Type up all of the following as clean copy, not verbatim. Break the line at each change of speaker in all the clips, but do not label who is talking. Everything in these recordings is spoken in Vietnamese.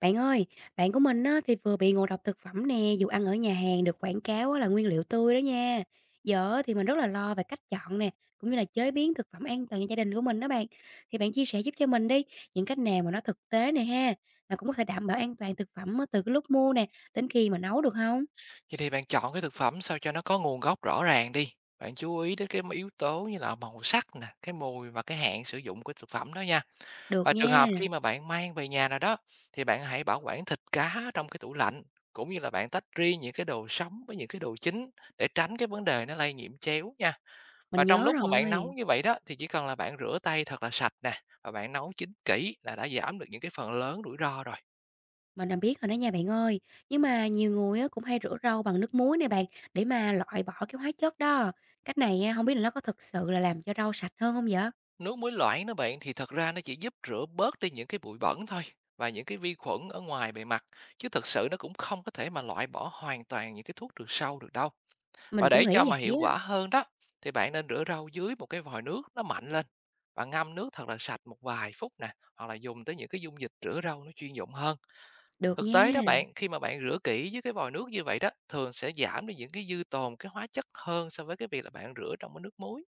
Bạn ơi, bạn của mình á, thì vừa bị ngộ độc thực phẩm nè, dù ăn ở nhà hàng được quảng cáo á, là nguyên liệu tươi đó nha. Giờ á, thì mình rất là lo về cách chọn nè, cũng như là chế biến thực phẩm an toàn cho gia đình của mình đó bạn. Thì bạn chia sẻ giúp cho mình đi, những cách nào mà nó thực tế nè ha, mà cũng có thể đảm bảo an toàn thực phẩm á, từ cái lúc mua nè, đến khi mà nấu được không?
Vậy thì bạn chọn cái thực phẩm sao cho nó có nguồn gốc rõ ràng đi. Bạn chú ý đến cái yếu tố như là màu sắc nè, cái mùi và cái hạn sử dụng của thực phẩm đó nha.
Được
Và trường
nha,
hợp khi mà bạn mang về nhà nào đó thì bạn hãy bảo quản thịt cá trong cái tủ lạnh, cũng như là bạn tách riêng những cái đồ sống với những cái đồ chín để tránh cái vấn đề nó lây nhiễm chéo nha.
mình
Và trong
nhớ
lúc mà bạn nấu
rồi.
như vậy đó thì chỉ cần là bạn rửa tay thật là sạch nè và bạn nấu chín kỹ là đã giảm được những cái phần lớn rủi ro rồi.
Mình làm biết rồi đó nha bạn ơi, nhưng mà nhiều người á cũng hay rửa rau bằng nước muối nè bạn, để mà loại bỏ cái hóa chất đó. Cách này á, hông biết là nó có thực sự là làm cho rau sạch hơn không vậy?
Nước muối loãng đó bạn thì thật ra nó chỉ giúp rửa bớt đi những cái bụi bẩn thôi và những cái vi khuẩn ở ngoài bề mặt, chứ thật sự nó cũng không có thể mà loại bỏ hoàn toàn những cái thuốc trừ sâu được đâu.
Mình
Và
cũng
để cho
nghĩ
mà
vậy
hiệu
á.
quả hơn đó thì bạn nên rửa rau dưới một cái vòi nước nó mạnh lên và ngâm nước thật là sạch một vài phút nè, hoặc là dùng tới những cái dung dịch rửa rau nó chuyên dụng hơn.
Được
Thực tế đó
nha.
bạn, khi mà bạn rửa kỹ với cái vòi nước như vậy đó, thường sẽ giảm đi những cái dư tồn cái hóa chất hơn so với cái việc là bạn rửa trong cái nước muối.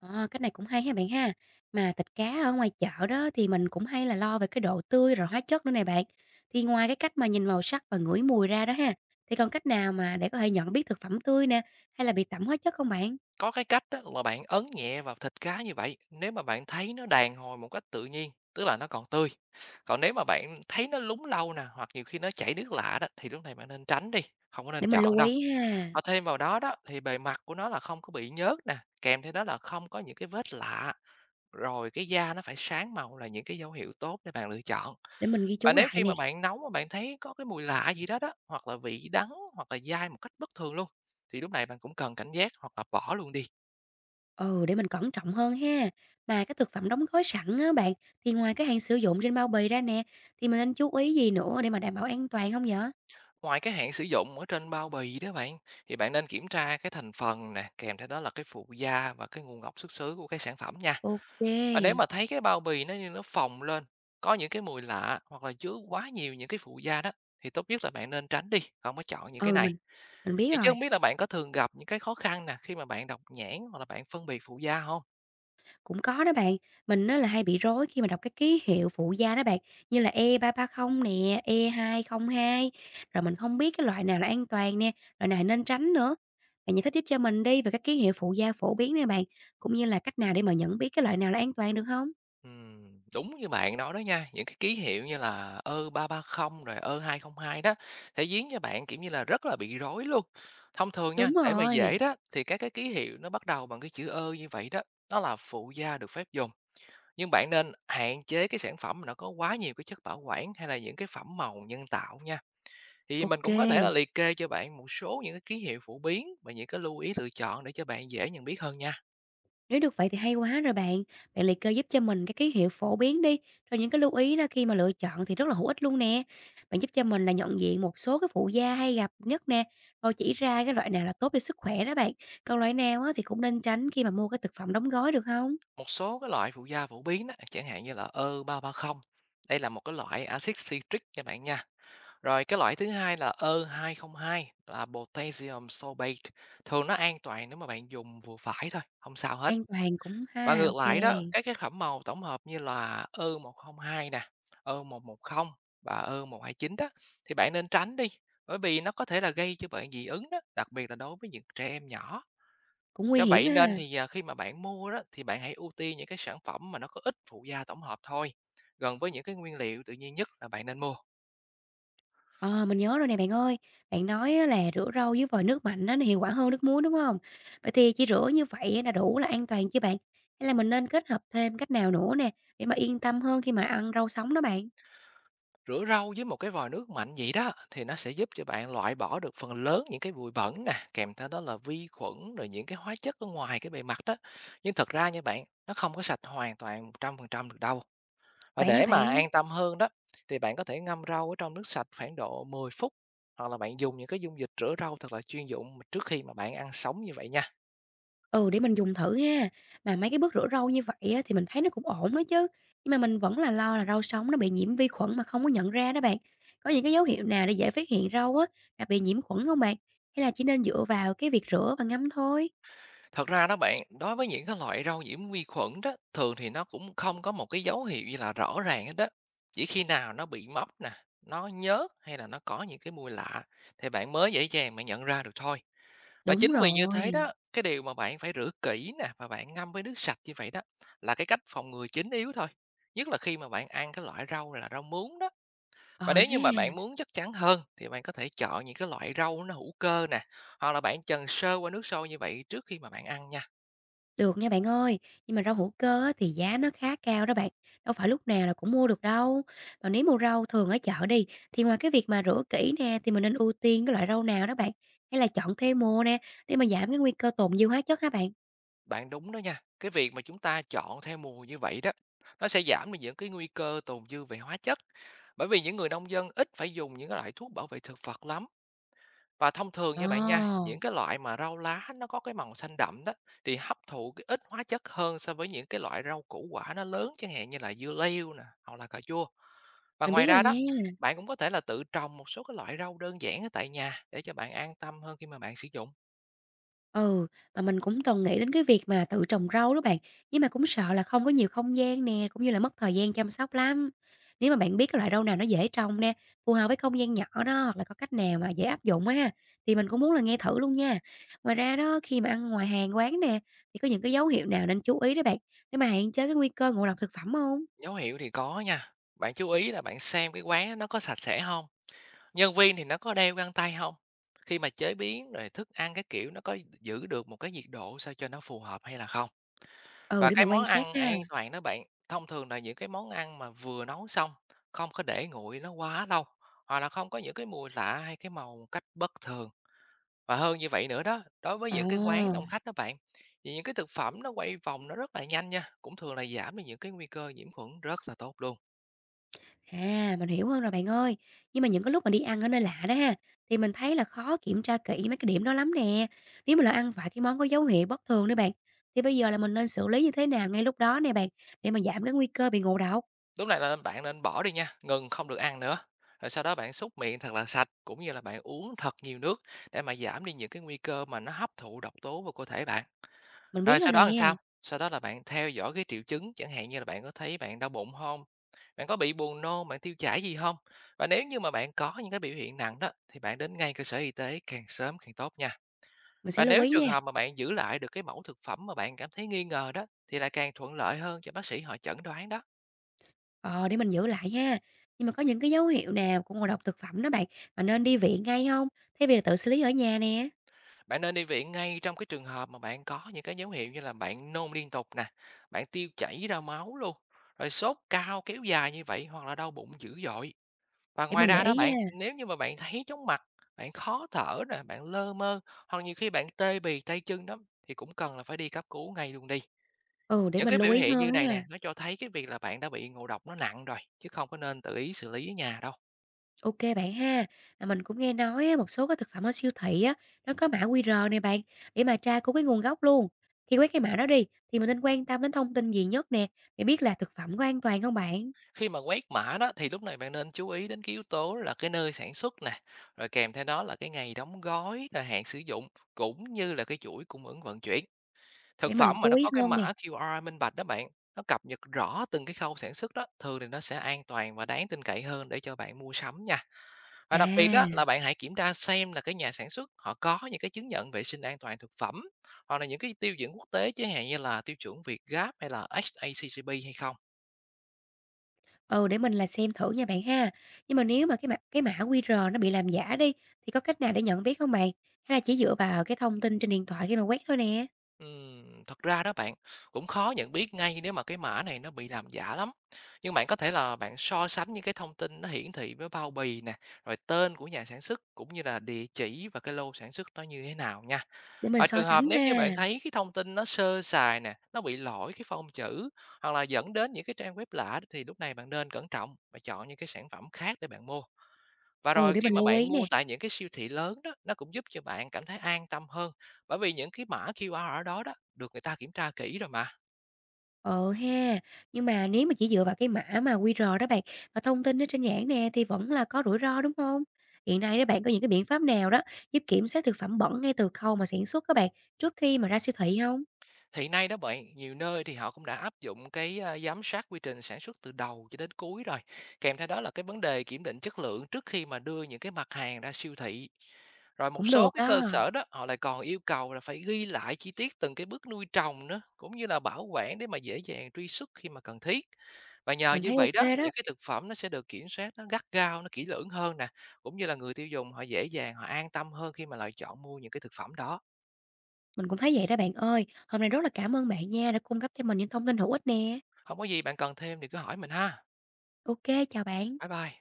Ờ, cách này cũng hay ha bạn ha. Mà thịt cá ở ngoài chợ đó thì mình cũng hay là lo về cái độ tươi rồi hóa chất nữa nè bạn. Thì ngoài cái cách mà nhìn màu sắc và ngửi mùi ra đó ha, thì còn cách nào mà để có thể nhận biết thực phẩm tươi nè, hay là bị tẩm hóa chất không bạn?
Có cái cách á là bạn ấn nhẹ vào thịt cá như vậy, nếu mà bạn thấy nó đàn hồi một cách tự nhiên, tức là nó còn tươi. Còn nếu mà bạn thấy nó lúng lâu nè, hoặc nhiều khi nó chảy nước lạ đó, thì lúc này bạn nên tránh đi, không có
Để
nên
mình
chọn
lưu
đâu.
ý ha,
Và thêm vào đó đó, thì bề mặt của nó là không có bị nhớt nè, kèm theo đó là không có những cái vết lạ, rồi cái da nó phải sáng màu là những cái dấu hiệu tốt để bạn lựa chọn.
để mình ghi
Và
chú
nếu
lại
khi
nè.
mà bạn nấu mà bạn thấy có cái mùi lạ gì đó đó, hoặc là vị đắng, hoặc là dai một cách bất thường luôn, thì lúc này bạn cũng cần cảnh giác hoặc là bỏ luôn đi.
Ừ, để mình cẩn trọng hơn ha. Mà cái thực phẩm đóng gói sẵn á bạn, thì ngoài cái hạn sử dụng trên bao bì ra nè, thì mình nên chú ý gì nữa để mà đảm bảo an toàn không nhở?
Ngoài cái hạn sử dụng ở trên bao bì đó bạn, thì bạn nên kiểm tra cái thành phần nè, kèm theo đó là cái phụ gia và cái nguồn gốc xuất xứ của cái sản phẩm nha.
Ok,
Và nếu mà thấy cái bao bì nó như nó phồng lên, có những cái mùi lạ hoặc là chứa quá nhiều những cái phụ gia đó, thì tốt nhất là bạn nên tránh đi, không có chọn những cái
ừ,
này.
mình biết
Vậy chứ
rồi.
không biết là bạn có thường gặp những cái khó khăn nè khi mà bạn đọc nhãn hoặc là bạn phân biệt phụ gia không?
Cũng có đó bạn. Mình nó là hay bị rối khi mà đọc cái ký hiệu phụ gia đó bạn, như là E330 nè, E202, rồi mình không biết cái loại nào là an toàn nè, loại nào nên tránh nữa. Bạn giải thích tiếp cho mình đi về các ký hiệu phụ gia phổ biến nè bạn, cũng như là cách nào để mà nhận biết cái loại nào là an toàn được không?
Đúng như bạn nói đó nha, những cái ký hiệu như là Ơ330 rồi Ơ202 đó sẽ giếng cho bạn, kiểu như là, rất là bị rối luôn. Thông thường
Đúng
nha, để mà
rồi.
dễ đó thì các cái ký hiệu nó bắt đầu bằng cái chữ Ơ như vậy đó, nó là phụ gia được phép dùng, nhưng bạn nên hạn chế cái sản phẩm mà nó có quá nhiều cái chất bảo quản hay là những cái phẩm màu nhân tạo nha. Thì mình cũng có thể là
OK.
liệt kê cho bạn một số những cái ký hiệu phổ biến và những cái lưu ý lựa chọn để cho bạn dễ nhận biết hơn nha.
Nếu được vậy thì hay quá rồi bạn. Bạn liệt kê giúp cho mình cái ký hiệu phổ biến đi, rồi những cái lưu ý đó khi mà lựa chọn thì rất là hữu ích luôn nè. Bạn giúp cho mình là nhận diện một số cái phụ gia hay gặp nhất nè, rồi chỉ ra cái loại nào là tốt cho sức khỏe đó bạn. Còn loại nào á thì cũng nên tránh khi mà mua cái thực phẩm đóng gói được không?
Một số cái loại phụ gia phổ biến đó, chẳng hạn như là E330. Đây là một cái loại axit citric nha bạn nha. Rồi cái loại thứ hai là E202, là potassium sorbate. Thường nó an toàn nếu mà bạn dùng vừa phải thôi, không sao hết.
An toàn cũng
Và
ha,
ngược
OK.
lại đó, các cái phẩm màu tổng hợp như là E102 nè, E110 và E129 đó thì bạn nên tránh đi, bởi vì nó có thể là gây cho bạn dị ứng đó, đặc biệt là đối với những trẻ em nhỏ.
Cũng nguy
Cho
hiểm
vậy nên
ha.
thì, khi mà bạn mua đó thì bạn hãy ưu tiên những cái sản phẩm mà nó có ít phụ gia tổng hợp thôi, gần với những cái nguyên liệu tự nhiên nhất là bạn nên mua.
Ờ, mình nhớ rồi nè bạn ơi. Bạn nói á là rửa rau với vòi nước mạnh á nó hiệu quả hơn nước muối, đúng không? Vậy thì chỉ rửa như vậy á là đủ là an toàn chứ bạn? Hay là mình nên kết hợp thêm cách nào nữa nè, để mà yên tâm hơn khi mà ăn rau sống đó bạn?
Rửa rau với một cái vòi nước mạnh vậy đó thì nó sẽ giúp cho bạn loại bỏ được phần lớn những cái bụi bẩn nè, kèm theo đó là vi khuẩn rồi những cái hóa chất ở ngoài cái bề mặt đó. Nhưng thật ra nha bạn, nó không có sạch hoàn toàn 100% được đâu. Và
Vậy hả
để mà
bạn?
an tâm hơn đó thì bạn có thể ngâm rau ở trong nước sạch khoảng độ 10 phút, hoặc là bạn dùng những cái dung dịch rửa rau thật là chuyên dụng trước khi mà bạn ăn sống như vậy nha.
Ừ, để mình dùng thử ha. Mà mấy cái bước rửa rau như vậy á thì mình thấy nó cũng ổn đó chứ, nhưng mà mình vẫn là lo là rau sống nó bị nhiễm vi khuẩn mà không có nhận ra đó bạn. Có những cái dấu hiệu nào để dễ phát hiện rau á là bị nhiễm khuẩn không bạn? Hay là chỉ nên dựa vào cái việc rửa và ngâm thôi?
Thật ra đó bạn, đối với những cái loại rau nhiễm vi khuẩn đó, thường thì nó cũng không có một cái dấu hiệu gì là rõ ràng hết đó. Chỉ khi nào nó bị mốc nè, nó nhớt hay là nó có những cái mùi lạ, thì bạn mới dễ dàng mà nhận ra được thôi. Và
Đúng
chính vì như thế
rồi.
đó, cái điều mà bạn phải rửa kỹ nè và bạn ngâm với nước sạch như vậy đó là cái cách phòng ngừa chính yếu thôi. Nhất là khi mà bạn ăn cái loại rau là rau muống đó.
Ờ
Và nếu như mà
ha.
bạn muốn chắc chắn hơn thì bạn có thể chọn những cái loại rau nó hữu cơ nè, hoặc là bạn trần sơ qua nước sôi như vậy trước khi mà bạn ăn nha.
Được nha bạn ơi, nhưng mà rau hữu cơ á thì giá nó khá cao đó bạn, đâu phải lúc nào là cũng mua được đâu. Mà nếu mua rau thường ở chợ đi, thì ngoài cái việc mà rửa kỹ nè, thì mình nên ưu tiên cái loại rau nào đó bạn, hay là chọn theo mùa nè, để mà giảm cái nguy cơ tồn dư hóa chất hả bạn?
Bạn đúng đó nha. Cái việc mà chúng ta chọn theo mùa như vậy đó, nó sẽ giảm đi những cái nguy cơ tồn dư về hóa chất. Bởi vì những người nông dân ít phải dùng những cái loại thuốc bảo vệ thực vật lắm. Và thông thường nha bạn nha,
Ồ,
những cái loại mà rau lá nó có cái màu xanh đậm đó thì hấp thụ cái ít hóa chất hơn so với những cái loại rau củ quả nó lớn, chẳng hạn như là dưa leo nè, hoặc là cà chua. Và
mình
ngoài
biết rồi
ra đó,
nha.
bạn cũng có thể là tự trồng một số cái loại rau đơn giản ở tại nhà để cho bạn an tâm hơn khi mà bạn sử dụng.
Ừ, mà mình cũng từng nghĩ đến cái việc mà tự trồng rau đó bạn, nhưng mà cũng sợ là không có nhiều không gian nè, cũng như là mất thời gian chăm sóc lắm. Nếu mà bạn biết cái loại rau nào nó dễ trồng nè, phù hợp với không gian nhỏ đó, hoặc là có cách nào mà dễ áp dụng á ha, thì mình cũng muốn là nghe thử luôn nha. Ngoài ra đó, khi mà ăn ngoài hàng quán nè, thì có những cái dấu hiệu nào nên chú ý đó bạn, để mà hạn chế cái nguy cơ ngộ độc thực phẩm không?
Dấu hiệu thì có nha. Bạn chú ý là bạn xem cái quán á, nó có sạch sẽ không? Nhân viên thì nó có đeo găng tay không? Khi mà chế biến rồi thức ăn cái kiểu nó có giữ được một cái nhiệt độ sao cho nó phù hợp hay là không?
Ừ,
Và
để
cái
mình quan
món
sát
ăn
ha.
an toàn đó bạn, thông thường là những cái món ăn mà vừa nấu xong, không có để nguội nó quá lâu, hoặc là không có những cái mùi lạ hay cái màu một cách bất thường. Và hơn như vậy nữa đó, đối với
Ồ.
những cái quán đông khách đó bạn, thì những cái thực phẩm nó quay vòng nó rất là nhanh nha, cũng thường là giảm đi những cái nguy cơ nhiễm khuẩn rất là tốt luôn.
À, mình hiểu hơn rồi bạn ơi. Nhưng mà những cái lúc mà đi ăn ở nơi lạ đó ha, thì mình thấy là khó kiểm tra kỹ mấy cái điểm đó lắm nè. Nếu mà là ăn phải cái món có dấu hiệu bất thường đấy bạn, thì bây giờ là mình nên xử lý như thế nào ngay lúc đó nè bạn, để mà giảm cái nguy cơ bị ngộ độc.
Lúc này là bạn nên bỏ đi nha, ngừng không được ăn nữa. Rồi sau đó bạn súc miệng thật là sạch, cũng như là bạn uống thật nhiều nước để mà giảm đi những cái nguy cơ mà nó hấp thụ độc tố vào cơ thể bạn.
Mình biết
Rồi
rồi
sau
nè,
đó làm sao? Sau đó là bạn theo dõi cái triệu chứng, chẳng hạn như là bạn có thấy bạn đau bụng không? Bạn có bị buồn nôn, bạn tiêu chảy gì không? Và nếu như mà bạn có những cái biểu hiện nặng đó thì bạn đến ngay cơ sở y tế càng sớm càng tốt nha.
mình sẽ
Và
lưu
nếu
ý nha.
trường hợp mà bạn giữ lại được cái mẫu thực phẩm mà bạn cảm thấy nghi ngờ đó, thì là càng thuận lợi hơn cho bác sĩ họ chẩn đoán đó.
Ờ, để mình giữ lại ha. Nhưng mà có những cái dấu hiệu nào của ngộ độc thực phẩm đó bạn, mà nên đi viện ngay không? Thay vì là tự xử lý ở nhà nè,
Bạn nên đi viện ngay trong cái trường hợp mà bạn có những cái dấu hiệu như là bạn nôn liên tục nè, bạn tiêu chảy ra máu luôn, rồi sốt cao kéo dài như vậy, hoặc là đau bụng dữ dội. Và
để
ngoài
mình để
ra đó
ý
bạn,
ha.
nếu như mà bạn thấy chóng mặt, bạn khó thở nè, bạn lơ mơ, hoặc nhiều khi bạn tê bì tay chân đó, thì cũng cần là phải đi cấp cứu ngay luôn đi.
Ừ, để
Những
mình
cái
lưu
biểu
ý
hiện như
hơn
này
ha.
nè, nó cho thấy cái việc là bạn đã bị ngộ độc nó nặng rồi, chứ không có nên tự ý xử lý ở nhà đâu.
OK bạn ha. À, mình cũng nghe nói á, một số cái thực phẩm ở siêu thị á, nó có mã QR này bạn, để mà tra cứu cái nguồn gốc luôn. Khi quét cái mã đó đi, thì mình nên quan tâm đến thông tin gì nhất nè, để biết là thực phẩm có an toàn không bạn?
Khi mà quét mã đó thì lúc này bạn nên chú ý đến cái yếu tố là cái nơi sản xuất nè, rồi kèm theo đó là cái ngày đóng gói, rồi hạn sử dụng, cũng như là cái chuỗi cung ứng vận chuyển.
Để
Thực
mình
phẩm mà
chú
nó
ý
có cái
hơn
mã
nè.
QR minh bạch đó bạn, nó cập nhật rõ từng cái khâu sản xuất đó, thường thì nó sẽ an toàn và đáng tin cậy hơn để cho bạn mua sắm nha. Và đặc biệt đó
À,
là bạn hãy kiểm tra xem là cái nhà sản xuất họ có những cái chứng nhận vệ sinh an toàn thực phẩm, hoặc là những cái tiêu chuẩn quốc tế, chẳng hạn như là tiêu chuẩn Việt Gáp hay là HACCP hay không?
ừ, để mình là xem thử nha bạn ha. Nhưng mà nếu mà cái mã QR nó bị làm giả đi, thì có cách nào để nhận biết không bạn? Hay là chỉ dựa vào cái thông tin trên điện thoại khi mà quét thôi nè?
Thật ra đó bạn, cũng khó nhận biết ngay nếu mà cái mã này nó bị làm giả lắm. Nhưng bạn có thể là bạn so sánh những cái thông tin nó hiển thị với bao bì nè, rồi tên của nhà sản xuất, cũng như là địa chỉ và cái lô sản xuất nó như thế nào nha.
Để mình
Và
so
trường hợp
sánh ha.
nếu như bạn thấy cái thông tin nó sơ sài nè, nó bị lỗi cái phông chữ, hoặc là dẫn đến những cái trang web lạ, thì lúc này bạn nên cẩn trọng và chọn những cái sản phẩm khác để bạn mua. Và
Ừ,
rồi
để
khi
mình
mà
lưu
bạn
ý nè.
mua tại những cái siêu thị lớn đó, nó cũng giúp cho bạn cảm thấy an tâm hơn, bởi vì những cái mã QR ở đó đó, được người ta kiểm tra kỹ rồi mà.
Ờ ha, nhưng mà nếu mà chỉ dựa vào cái mã mà quy QR đó bạn, và thông tin ở trên nhãn nè thì vẫn là có rủi ro, đúng không? Hiện nay đó bạn có những cái biện pháp nào đó giúp kiểm soát thực phẩm bẩn ngay từ khâu mà sản xuất các bạn, trước khi mà ra siêu thị không?
Hiện nay đó bạn, nhiều nơi thì họ cũng đã áp dụng cái, giám sát quy trình sản xuất từ đầu cho đến cuối rồi, kèm theo đó là cái vấn đề kiểm định chất lượng trước khi mà đưa những cái mặt hàng ra siêu thị. Rồi một
Cũng
số
được
cái
đó,
cơ sở đó, họ lại còn yêu cầu là phải ghi lại chi tiết từng cái bước nuôi trồng nữa, cũng như là bảo quản để mà dễ dàng truy xuất khi mà cần thiết. Và nhờ
mình
như
thấy
vậy đó,
ok đó,
những cái thực phẩm nó sẽ được kiểm soát nó gắt gao, nó kỹ lưỡng hơn nè, cũng như là người tiêu dùng họ dễ dàng, họ an tâm hơn khi mà lựa chọn mua những cái thực phẩm đó.
mình cũng thấy vậy đó bạn ơi. Hôm nay rất là cảm ơn bạn nha đã cung cấp cho mình những thông tin hữu ích nè.
Không có gì bạn cần thêm thì cứ hỏi mình ha.
Ok, chào
Bye
bạn.
bye.